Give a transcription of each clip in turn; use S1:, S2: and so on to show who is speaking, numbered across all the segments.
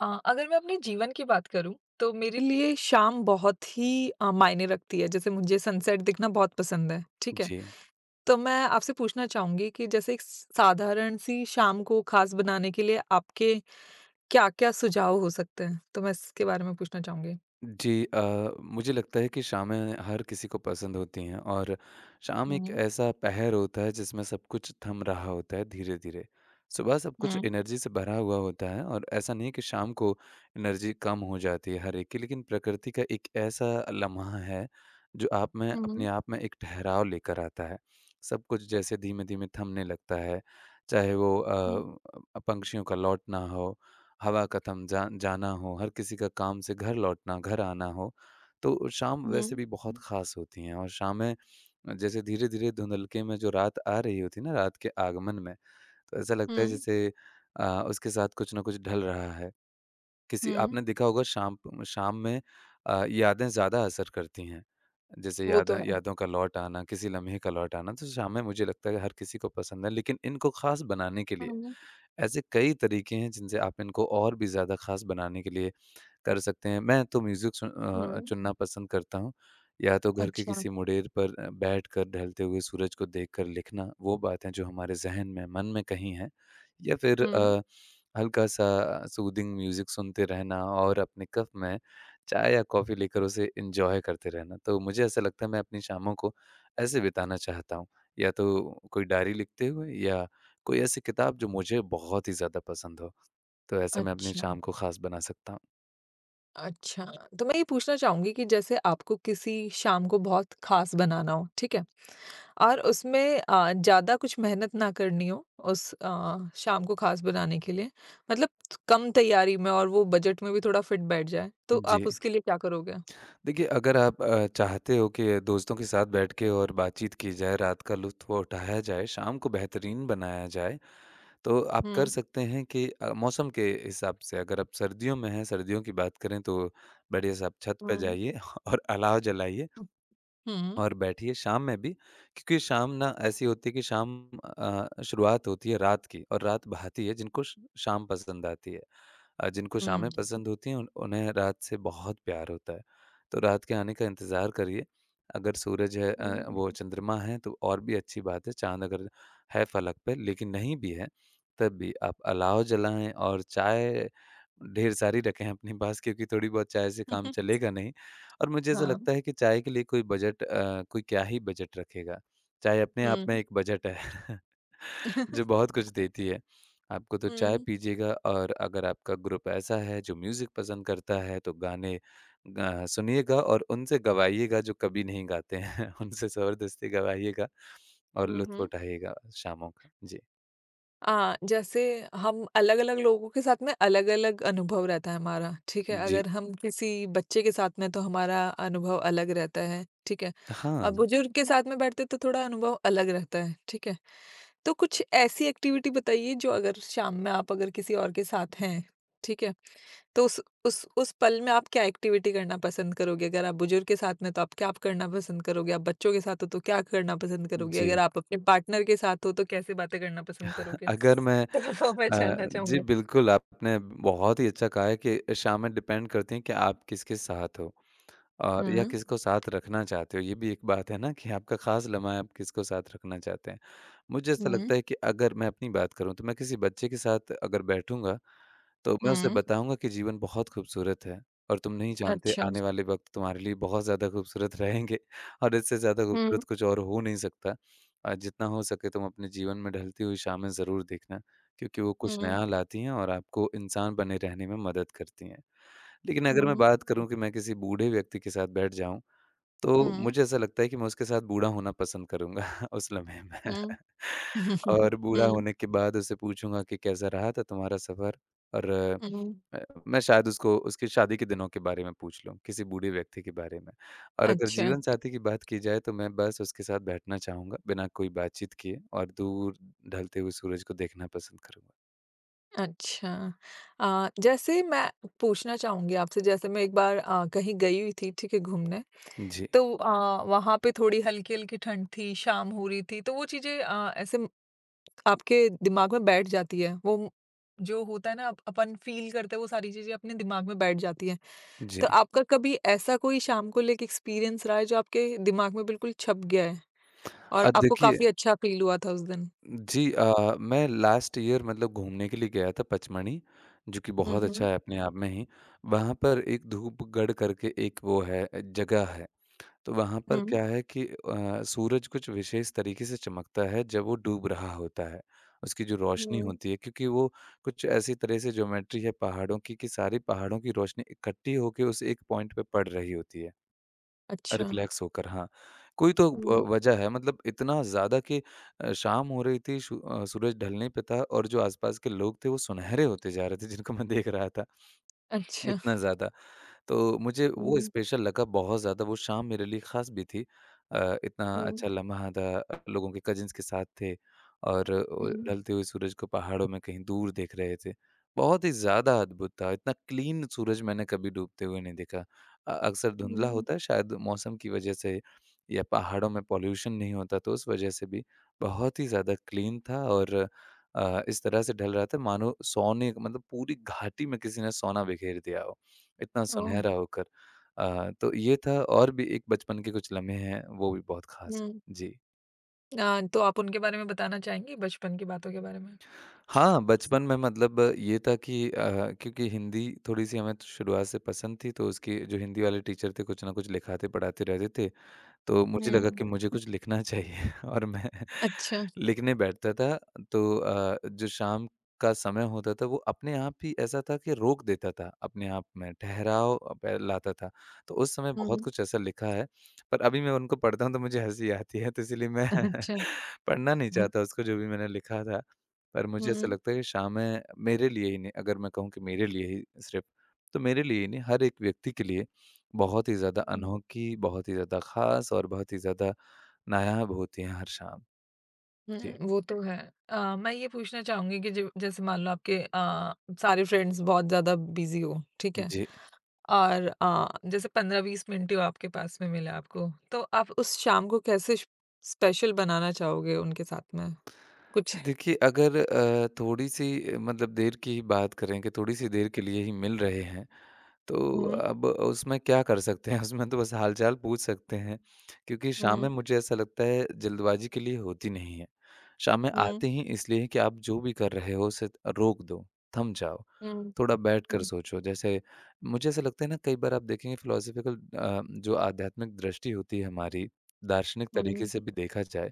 S1: अगर मैं अपने जीवन की बात करूँ तो मेरे लिए शाम बहुत ही मायने रखती है। जैसे मुझे सनसेट देखना बहुत पसंद है, ठीक है?
S2: जी।
S1: तो मैं आपसे पूछना चाहूँगी कि जैसे एक स साधारण सी शाम को ख़ास बनाने के लिए आपके क्या-क्या सुझाव हो सकते हैं? तो मैं इसके बारे में पूछना चाहूँगी।
S2: मुझे लगता है कि शामें हर किसी को पसंद होती हैं और शाम
S1: हुँ,
S2: एक
S1: हुँ,
S2: ऐसा पहर होता है जिसमें सब कुछ थम रहा होता है धीरे-धीरे। सुबह सब कुछ
S1: हुँ,
S2: एनर्जी से भरा हुआ होता है और ऐसा नहीं है कि शाम को एनर्जी कम हो जाती है हर एक की, लेकिन प्रकृति का एक ऐसा लम्हा है जो आप में अपने आप में एक ठहराव लेकर आता है। सब कुछ जैसे धीमे-धीमे थमने लगता है, चाहे वो
S1: हुँ,
S2: पंक्षियों का लौटना हो, हवा का थम जा जाना हो, हर किसी का काम से घर लौटना, घर आना हो, तो शाम वैसे
S1: हुँ,
S2: भी बहुत ख़ास होती हैं और शामें जैसे धीरे-धीरे धुंधलके में जो रात आ रही होती है ना, रात के आगमन में, तो ऐसा लगता है
S1: हुँ,
S2: जैसे उसके साथ कुछ ना कुछ ढल रहा है। किसी
S1: हुँ।
S2: आपने देखा होगा शाम शाम में यादें ज़्यादा असर करती हैं। जैसे
S1: वो तो
S2: यादें
S1: है।
S2: यादों का लौट आना, किसी लम्हे का लौट आना, तो शामें मुझे लगता है कि हर किसी को पसंद है, लेकिन इनको ख़ास बनाने के लिए
S1: हुँ,
S2: ऐसे कई तरीके हैं जिनसे आप इनको और भी ज़्यादा ख़ास बनाने के लिए कर सकते हैं। मैं तो
S1: हुँ।
S2: चुनना पसंद करता हूँ। या तो घर के
S1: अच्छा,
S2: किसी मुडेर पर बैठकर ढलते हुए सूरज को देखकर लिखना, वो बातें जो हमारे ज़हन में, मन में कहीं हैं। या फिर
S1: हुँ।
S2: हल्का-सा सूदिंग म्यूज़िक सुनते रहना और अपने कप में चाय या कॉफ़ी लेकर उसे एन्जॉय करते रहना। तो मुझे ऐसा लगता है मैं अपनी शामों को ऐसे बिताना चाहता हूँ। या तो कोई डायरी लिखते हुए या कोई ऐसी किताब जो मुझे बहुत ही ज़्यादा पसंद हो। तो ऐसे मैं अपनी
S1: अच्छा।
S2: शाम को ख़ास बना सकता हूँ।
S1: अच्छा, तो मैं ये पूछना चाहूँगी कि जैसे आपको किसी शाम को बहुत ख़ास बनाना हो, ठीक है? और उसमें ज़्यादा कुछ मेहनत ना करनी हो उस शाम को ख़ास बनाने के लिए, मतलब कम तैयारी में और वो बजट में भी थोड़ा फिट बैठ जाए, तो
S2: जी।
S1: आप उसके लिए क्या करोगे?
S2: देखिए, अगर आप चाहते हो कि दोस्तों के साथ बैठ के और बातचीत की जाए, रात का लुत्फ़ उठाया जाए, शाम को बेहतरीन बनाया जाए, तो आप कर
S1: हुँ।
S2: सकते हैं कि मौसम के हिसाब से अगर आप सर्दियों में हैं, सर्दियों की बात करें तो बढ़िया से आप छत पे
S1: हुँ।
S2: जाइए और अलाव जलाइए
S1: हुँ, हुँ,
S2: और बैठिए शाम में भी क्योंकि शाम ना ऐसी होती है कि शुरुआत होती है रात की और रात बहती है शाम पसंद आती है जिनको
S1: हुँ।
S2: शामें पसंद होती हैं उन्हें रात से बहुत प्यार होता है, तो रात के आने का इंतज़ार करिए। अगर सूरज है
S1: हुँ।
S2: वो चंद्रमा है तो और भी अच्छी बात है। चांद अगर है फलक पे लेकिन नहीं भी है, तब भी आप अलाव जलाएं और चाय ढेर सारी रखें अपने पास क्योंकि थोड़ी बहुत चाय से काम चलेगा नहीं। और मुझे ऐसा
S1: हाँ,
S2: लगता है कि चाय के लिए कोई क्या ही बजट रखेगा। चाय अपने आप में
S1: हुँ।
S2: एक बजट है जो बहुत कुछ देती है। आपको तो चाय
S1: हुँ,
S2: पीजिएगा, और अगर आपका ग्रुप ऐसा है जो म्यूज़िक पसंद करता है तो गाने ग सुनिएगा और उनसे गवाइएगा जो कभी नहीं गाते हैं। उनसे ज़बरदस्ती गवाइएगा और
S1: हुँ,
S2: लुत्फ़
S1: हुँ।
S2: उठाइएगा शामों का। जी।
S1: जैसे हम अलग-अलग लोगों के साथ में अलग-अलग अनुभव रहता है हमारा, ठीक है?
S2: जी।
S1: अगर हम किसी बच्चे के साथ में तो हमारा अनुभव अलग रहता है, ठीक है?
S2: हाँ।
S1: और बुजुर्ग के साथ में बैठते तो थोड़ा अनुभव अलग रहता है, ठीक है? तो कुछ ऐसी एक्टिविटी बताइए जो अगर शाम में आप अगर किसी और के साथ हैं, ठीक है? तो उस पल में आप क्या एक्टिविटी करना पसंद करोगे? अगर आप बुजुर्ग के साथ में तो आप क्या आप करना पसंद करोगे? आप बच्चों के साथ हो तो क्या करना पसंद करोगे? अगर
S2: जी।
S1: आप अपने पार्टनर के साथ हो तो कैसे बातें करना पसंद करोगे?
S2: अगर मैं
S1: तो मैं
S2: अ,
S1: जानना
S2: जी
S1: चाहूँगी।
S2: बिल्कुल, आपने बहुत ही अच्छा कहा है कि शामें डिपेंड करती हैं कि आप किसके साथ हो और या
S1: हुँ,
S2: किसको साथ रखना चाहते हो। ये भी एक बात है ना कि आपका ख़ास लम्हा है, आप किसको साथ रखना चाहते हैं। मुझे ऐसा
S1: हुँ,
S2: लगता है कि अगर मैं अपनी बात करूँ तो मैं किसी बच्चे के साथ अगर बैठूँगा तो मैं उसे
S1: हुँ,
S2: बताऊँगा कि जीवन बहुत खूबसूरत है और तुम नहीं जानते
S1: अच्छा।
S2: आने वाले वक़्त तुम्हारे लिए बहुत ज़्यादा खूबसूरत रहेंगे और इससे ज़्यादा
S1: हुँ,
S2: खूबसूरत कुछ और हो नहीं सकता। जितना हो सके तुम अपने जीवन में ढलती हुई शामें ज़रूर देखना क्योंकि वो कुछ
S1: हुँ,
S2: नया लाती हैं और आपको इंसान बने रहने में मदद करती हैं। लेकिन
S1: हुँ,
S2: अगर मैं
S1: हुँ,
S2: बात करूँ कि मैं किसी बूढ़े व्यक्ति के साथ बैठ जाऊँ, तो
S1: हुँ।
S2: मुझे ऐसा लगता है कि मैं उसके साथ बूढ़ा होना पसंद करूँगा उस लम्हे में।
S1: हुँ,
S2: और बूढ़ा होने के बाद उसे पूछूँगा कि कैसा रहा था तुम्हारा सफ़र? और
S1: हुँ,
S2: अ, मैं शायद उसको उसकी शादी के दिनों के बारे में पूछ लूँ, किसी बूढ़े व्यक्ति के बारे में। और अगर
S1: अच्छा,
S2: जीवनसाथी की बात की जाए तो मैं बस उसके साथ बैठना चाहूँगा, बिना कोई बातचीत किए, और दूर ढलते हुए सूरज को देखना पसंद करूँगा।
S1: अच्छा। जैसे मैं पूछना चाहूँगी आपसे जैसे मैं एक बार कहीं गई हुई थी, ठीक है, घूमने
S2: जी,
S1: तो वहाँ पे थोड़ी हल्की-हल्की ठंड थी, शाम हो रही थी, तो वो चीज़ें ऐसे म आपके दिमाग में बैठ जाती है। जो होता है ना, अप अपन फ़ील करते हैं, वो सारी चीज़ें अपने दिमाग में बैठ जाती हैं। तो
S2: जी।
S1: आपका कभी ऐसा कोई शाम को लेके एक्सपीरियंस रहा है, जो आपके दिमाग में बिल्कुल छप गया है और आपको
S2: देखिए,
S1: काफ़ी अच्छा फ़ील हुआ था उस दिन?
S2: मैं लास्ट ईयर मतलब घूमने के लिए गया था पचमणी, जो कि
S1: हुँ,
S2: बहुत
S1: हुँ।
S2: अच्छा है अपने आप में ही। वहाँ पर एक धूपगढ़ करके एक वो है, जगह है। तो वहाँ पर
S1: हुँ,
S2: क्या है कि सूरज कुछ विशेष तरीके से चमकता है जब वो डूब रहा होता है। उसकी जो रोशनी
S1: हुँ।
S2: होती है क्योंकि वो कुछ ऐसी तरह से ज्योमेट्री है पहाड़ों की कि सारी पहाड़ों की रोशनी इकट्ठी होके उस एक पॉइंट पे पड़ रही होती है,
S1: अच्छा।
S2: रिफ्लेक्स होकर। हाँ। कोई तो
S1: हुँ,
S2: वजह है मतलब इतना ज़्यादा कि शाम हो रही थी, सूरज ढलने पे था और जो आस-पास के लोग थे वो सुनहरे होते जा रहे थे जिनको मैं देख रहा था,
S1: अच्छा।
S2: इतना ज़्यादा। तो मुझे वो
S1: हुँ,
S2: स्पेशल लगा बहुत ज़्यादा, वो शाम मेरे लिए ख़ास भी थी। इतना अच्छा
S1: हुँ,
S2: लम्हा था, लोगों के कज़िन्स के साथ थे और
S1: हुँ,
S2: ढलते हुए सूरज को पहाड़ों में कहीं दूर देख रहे थे। बहुत ही ज़्यादा अद्भुत था, इतना क्लीन सूरज मैंने कभी डूबते हुए नहीं देखा। अक्सर धुंधला
S1: हुँ।
S2: होता है, शायद मौसम की वजह से या पहाड़ों में पॉल्यूशन नहीं होता तो उस वजह से भी। बहुत ही ज़्यादा क्लीन था और इस तरह से ढल रहा था मानो सोने मतलब पूरी घाटी में किसी ने सोना बिखेर दिया हो। इतना
S1: ओह!
S2: सुनहरा होकर। तो ये था, और भी एक बचपन के कुछ लम्हे हैं, वो भी बहुत ख़ास
S1: हुँ।
S2: हैं। जी।
S1: तो आप उनके बारे में बताना चाहेंगी, बचपन की बातों के बारे में?
S2: हाँ, बचपन में मतलब ये था कि क्योंकि हिंदी थोड़ी-सी हमें तो शुरुआत से पसंद थी, तो उसकी जो हिंदी वाले टीचर थे, कुछ ना कुछ लिखाते-पढ़ाते रहते थे। तो मुझे लगा
S1: हुँ।
S2: कि मुझे कुछ लिखना चाहिए और मैं
S1: अच्छा।
S2: लिखने बैठता था तो जो शाम का समय होता था वो अपने आप ही ऐसा था कि रोक देता था, अपने आप में ठहराव पे लाता था। तो उस समय बहुत
S1: हुँ।
S2: कुछ ऐसा लिखा है, पर अभी मैं उनको पढ़ता हूँ तो मुझे हँसी आती है तो इसीलिए मैं
S1: अच्छा।
S2: पढ़ना नहीं
S1: हुँ,
S2: चाहता उसको जो भी मैंने लिखा था। पर मुझे ऐसा
S1: हुँ,
S2: लगता है कि शाम में मेरे लिए ही नहीं, अगर मैं कहूँ कि मेरे लिए ही सिर्फ़, तो मेरे लिए ही नहीं, हर एक व्यक्ति के लिए बहुत ही ज़्यादा
S1: हुँ,
S2: अनोखी, बहुत ही ज़्यादा ख़ास और बहुत ही ज़्यादा नायाब होती हैं हर शाम। जी।
S1: हुँ, वो तो है। मैं ये पूछना चाहूँगी कि जो जैसे मान लो आपके सारे फ्रेंड्स बहुत ज़्यादा बिज़ी हो, ठीक है?
S2: जी।
S1: और जैसे 15-20 मिनट ही आपके पास में मिला आपको, तो आप उस शाम को कैसे श स्पेशल बनाना चाहोगे उनके साथ में? कुछ
S2: देखिए अगर अ, थोड़ी-सी मतलब देर की ही बात करें कि थोड़ी-सी देर के लिए ही मिल रहे हैं, तो
S1: हुँ,
S2: अब उसमें क्या कर सकते हैं उसमें तो बस हालचाल पूछ सकते हैं क्योंकि
S1: हुँ,
S2: शामें मुझे ऐसा लगता है जल्दबाजी के लिए होती नहीं है। शामें
S1: हुँ,
S2: आती ही इसलिए हैं कि आप जो भी कर रहे हो उसे रोक दो, थम जाओ,
S1: हुँ,
S2: थोड़ा बैठकर
S1: हुँ,
S2: सोचो। जैसे मुझे ऐसा लगता है ना, कई बार आप देखेंगे फिलॉसफिकल, जो आध्यात्मिक दृष्टि होती है हमारी, दार्शनिक तरीके
S1: हुँ,
S2: से भी देखा जाए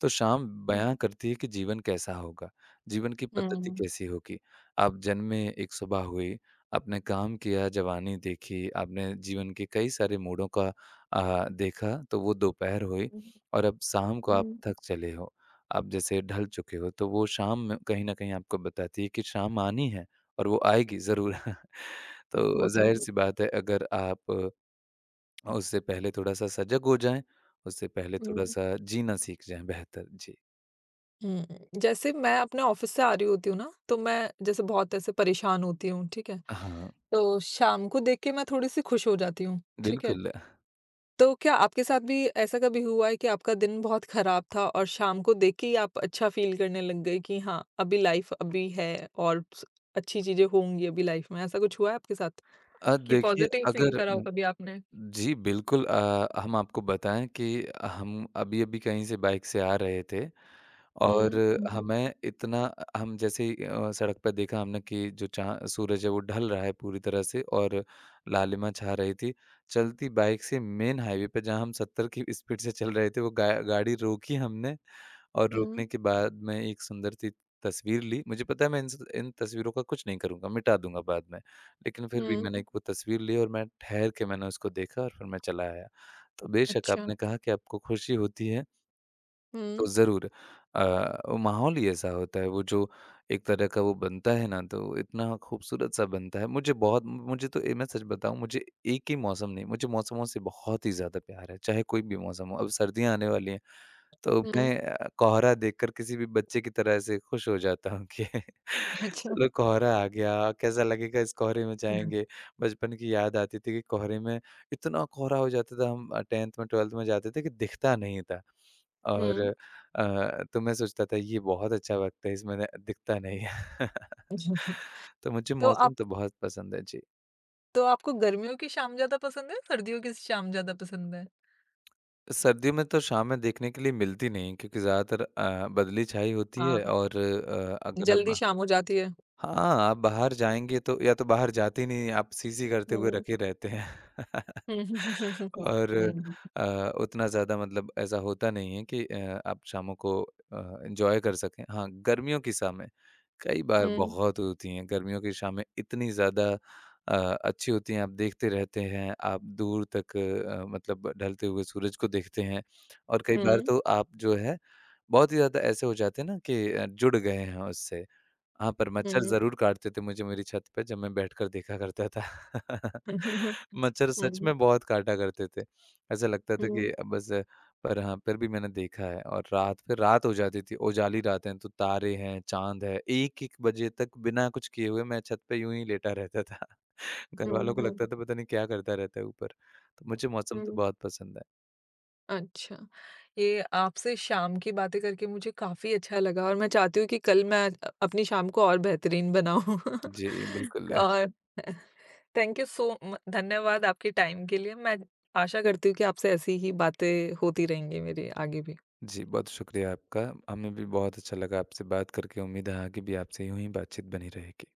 S2: तो शाम
S1: हुँ,
S2: बयाँ करती है कि जीवन कैसा होगा, जीवन की पद्धति
S1: हुँ,
S2: कैसी होगी। आप जन्मे, एक सुबह हुई, आपने काम किया, जवानी देखी, आपने जीवन के कई सारे मोड़ों का देखा, तो वो दोपहर हुई
S1: हुँ,
S2: और अब शाम को आप
S1: हुँ,
S2: थक चले हो, आप जैसे ढल चुके हो, तो वो शाम में कहीं न कहीं आपको बताती है कि शाम आनी है और वो आएगी ज़रूर।
S1: वो
S2: तो
S1: तो है।
S2: ज़ाहिर-सी बात है अगर आप उससे पहले थोड़ा-सा सजग हो जाएँ, उससे पहले
S1: हुँ।
S2: थोड़ा-सा जीना सीख जाएँ बेहतर। जी।
S1: हुँ, जैसे मैं अपने ऑफ़िस से आ रही होती हूँ ना, तो मैं जैसे बहुत ऐसे परेशान होती हूँ, ठीक है?
S2: हाँ,
S1: तो शाम को देख के मैं थोड़ी-सी खुश हो जाती हूँ, ठीक है?
S2: बिल्कुल।
S1: तो क्या आपके साथ भी ऐसा कभी हुआ है कि आपका दिन बहुत ख़राब था और शाम को देख के ही आप अच्छा फ़ील करने लग गए कि हाँ, अभी लाइफ़ अभी है और स अच्छी चीज़ें होंगी अभी लाइफ़ में, ऐसा कुछ हुआ है आपके साथ? कि
S2: देखिए,
S1: पॉज़िटिव फ़ील
S2: अगर
S1: करा हो
S2: उम,
S1: कभी आपने?
S2: जी, बिल्कुल, हम आपको बताएँ कि हम अभी-अभी कहीं से बाइक से आ रहे थे और
S1: हुँ, हुँ,
S2: हमें इतना हम जैसे ही सड़क पे देखा हमने कि जो चाँ सूरज है वो ढल रहा है पूरी तरह से और लालिमा छा रही थी। चलती बाइक से मेन हाईवे पे जहाँ हम 70 की स्पीड से चल रहे थे, वो गा गाड़ी रोकी हमने और
S1: हुँ,
S2: रोकने के बाद मैं एक सुंदर सी तस्वीर ली। मुझे पता है मैं इन तस्वीरों का कुछ नहीं करूँगा, मिटा दूँगा बाद में। लेकिन फिर भी
S1: हुँ,
S2: मैंने एक वो तस्वीर ली और मैं ठहर के मैंने उसको देखा और फिर मैं चला आया। तो बेशक
S1: अच्छा।
S2: आपने कहा कि आपको खुशी होती है, तो
S1: हुँ,
S2: ज़रूर अ, वो माहौल ही ऐसा होता है, वो जो एक तरह का वो बनता है ना, तो इतना खूबसूरत-सा बनता है। मुझे बहुत मुझे तो ए मैं सच बताऊँ, मुझे एक ही मौसम नहीं, मुझे मौसमों से बहुत ही ज़्यादा प्यार है, चाहे कोई भी मौसम हो। अब सर्दियाँ आने वाली हैं। तो
S1: हुँ,
S2: मैं कोहरा देखकर किसी भी बच्चे की तरह ऐसे खुश हो जाता हूँ कि
S1: अच्छा।
S2: चलो कोहरा आ गया, कैसा लगेगा इस कोहरे में जाएँगे। बचपन की याद आती थी कि कोहरे में इतना कोहरा हो जाता था, हम 10th में 12th में जाते थे कि दिखता नहीं था। और
S1: हुँ।
S2: तो मैं सोचता था ये बहुत अच्छा वक़्त है इसमें न दिखता नहीं है। तो मुझे
S1: तो आप
S2: मौसम तो बहुत पसंद है, जी।
S1: तो आपको गर्मियों की शाम ज़्यादा पसंद है, सर्दियों की शाम ज़्यादा पसंद है?
S2: सर्दियों में तो शामें देखने के लिए मिलती नहीं क्योंकि ज़्यादातर बदली छाई होती है
S1: हाँ।
S2: और अगर
S1: जल्दी
S2: आप,
S1: शाम हो जाती है।
S2: हाँ, आप बाहर जाएँगे तो या तो बाहर जाते ही नहीं, आप सी-सी करते हुए
S1: हुँ।
S2: रखे रहते हैं।
S1: हुँ।
S2: और उतना ज़्यादा मतलब ऐसा होता नहीं है कि आप शामों को एन्जॉय कर सकें। हाँ, गर्मियों की शामें कई बार बहुत होती हैं, गर्मियों की शामें इतनी ज़्यादा अ, अच्छी होती हैं, आप देखते रहते हैं, आप दूर तक मतलब ढलते हुए सूरज को देखते हैं और कई
S1: हुँ,
S2: बार
S1: हुँ,
S2: तो आप जो है बहुत ही ज़्यादा ऐसे हो जाते हैं ना कि जुड़ गए हैं उससे। हाँ, पर मच्छर
S1: हुँ,
S2: ज़रूर काटते थे मुझे मेरी छत पे जब मैं बैठकर देखा करता था।
S1: हुँ,
S2: मच्छर सच में बहुत काटा करते थे। ऐसा लगता था कि
S1: हुँ,
S2: अब बस, पर हाँ, फिर भी मैंने देखा है और रात फिर रात हो जाती थी, उजाली रात हैं, तो तारे हैं, चाँद है, 1-1 बजे तक बिना कुछ किए हुए मैं छत पे यूँ ही लेटा रहता था।
S1: हुँ,
S2: घरवालों को
S1: हुँ,
S2: लगता था पता नहीं क्या करता रहता है ऊपर। तो मुझे मौसम तो
S1: हुँ।
S2: बहुत पसंद है।
S1: अच्छा, ये आपसे शाम की बातें करके मुझे काफ़ी अच्छा लगा और मैं चाहती हूँ कि कल मैं अपनी शाम को और बेहतरीन बनाऊँ।
S2: जी, बिल्कुल।
S1: और थैंक यू सो म धन्यवाद आपके टाइम के लिए। मैं आशा करती हूँ कि आपसे ऐसी ही बातें होती रहेंगी मेरी आगे भी।
S2: जी, बहुत शुक्रिया आपका। हमें भी बहुत अच्छा लगा आपसे बात करके। उम्मीद है आगे भी आपसे यूँ ही बातचीत बनी रहेगी।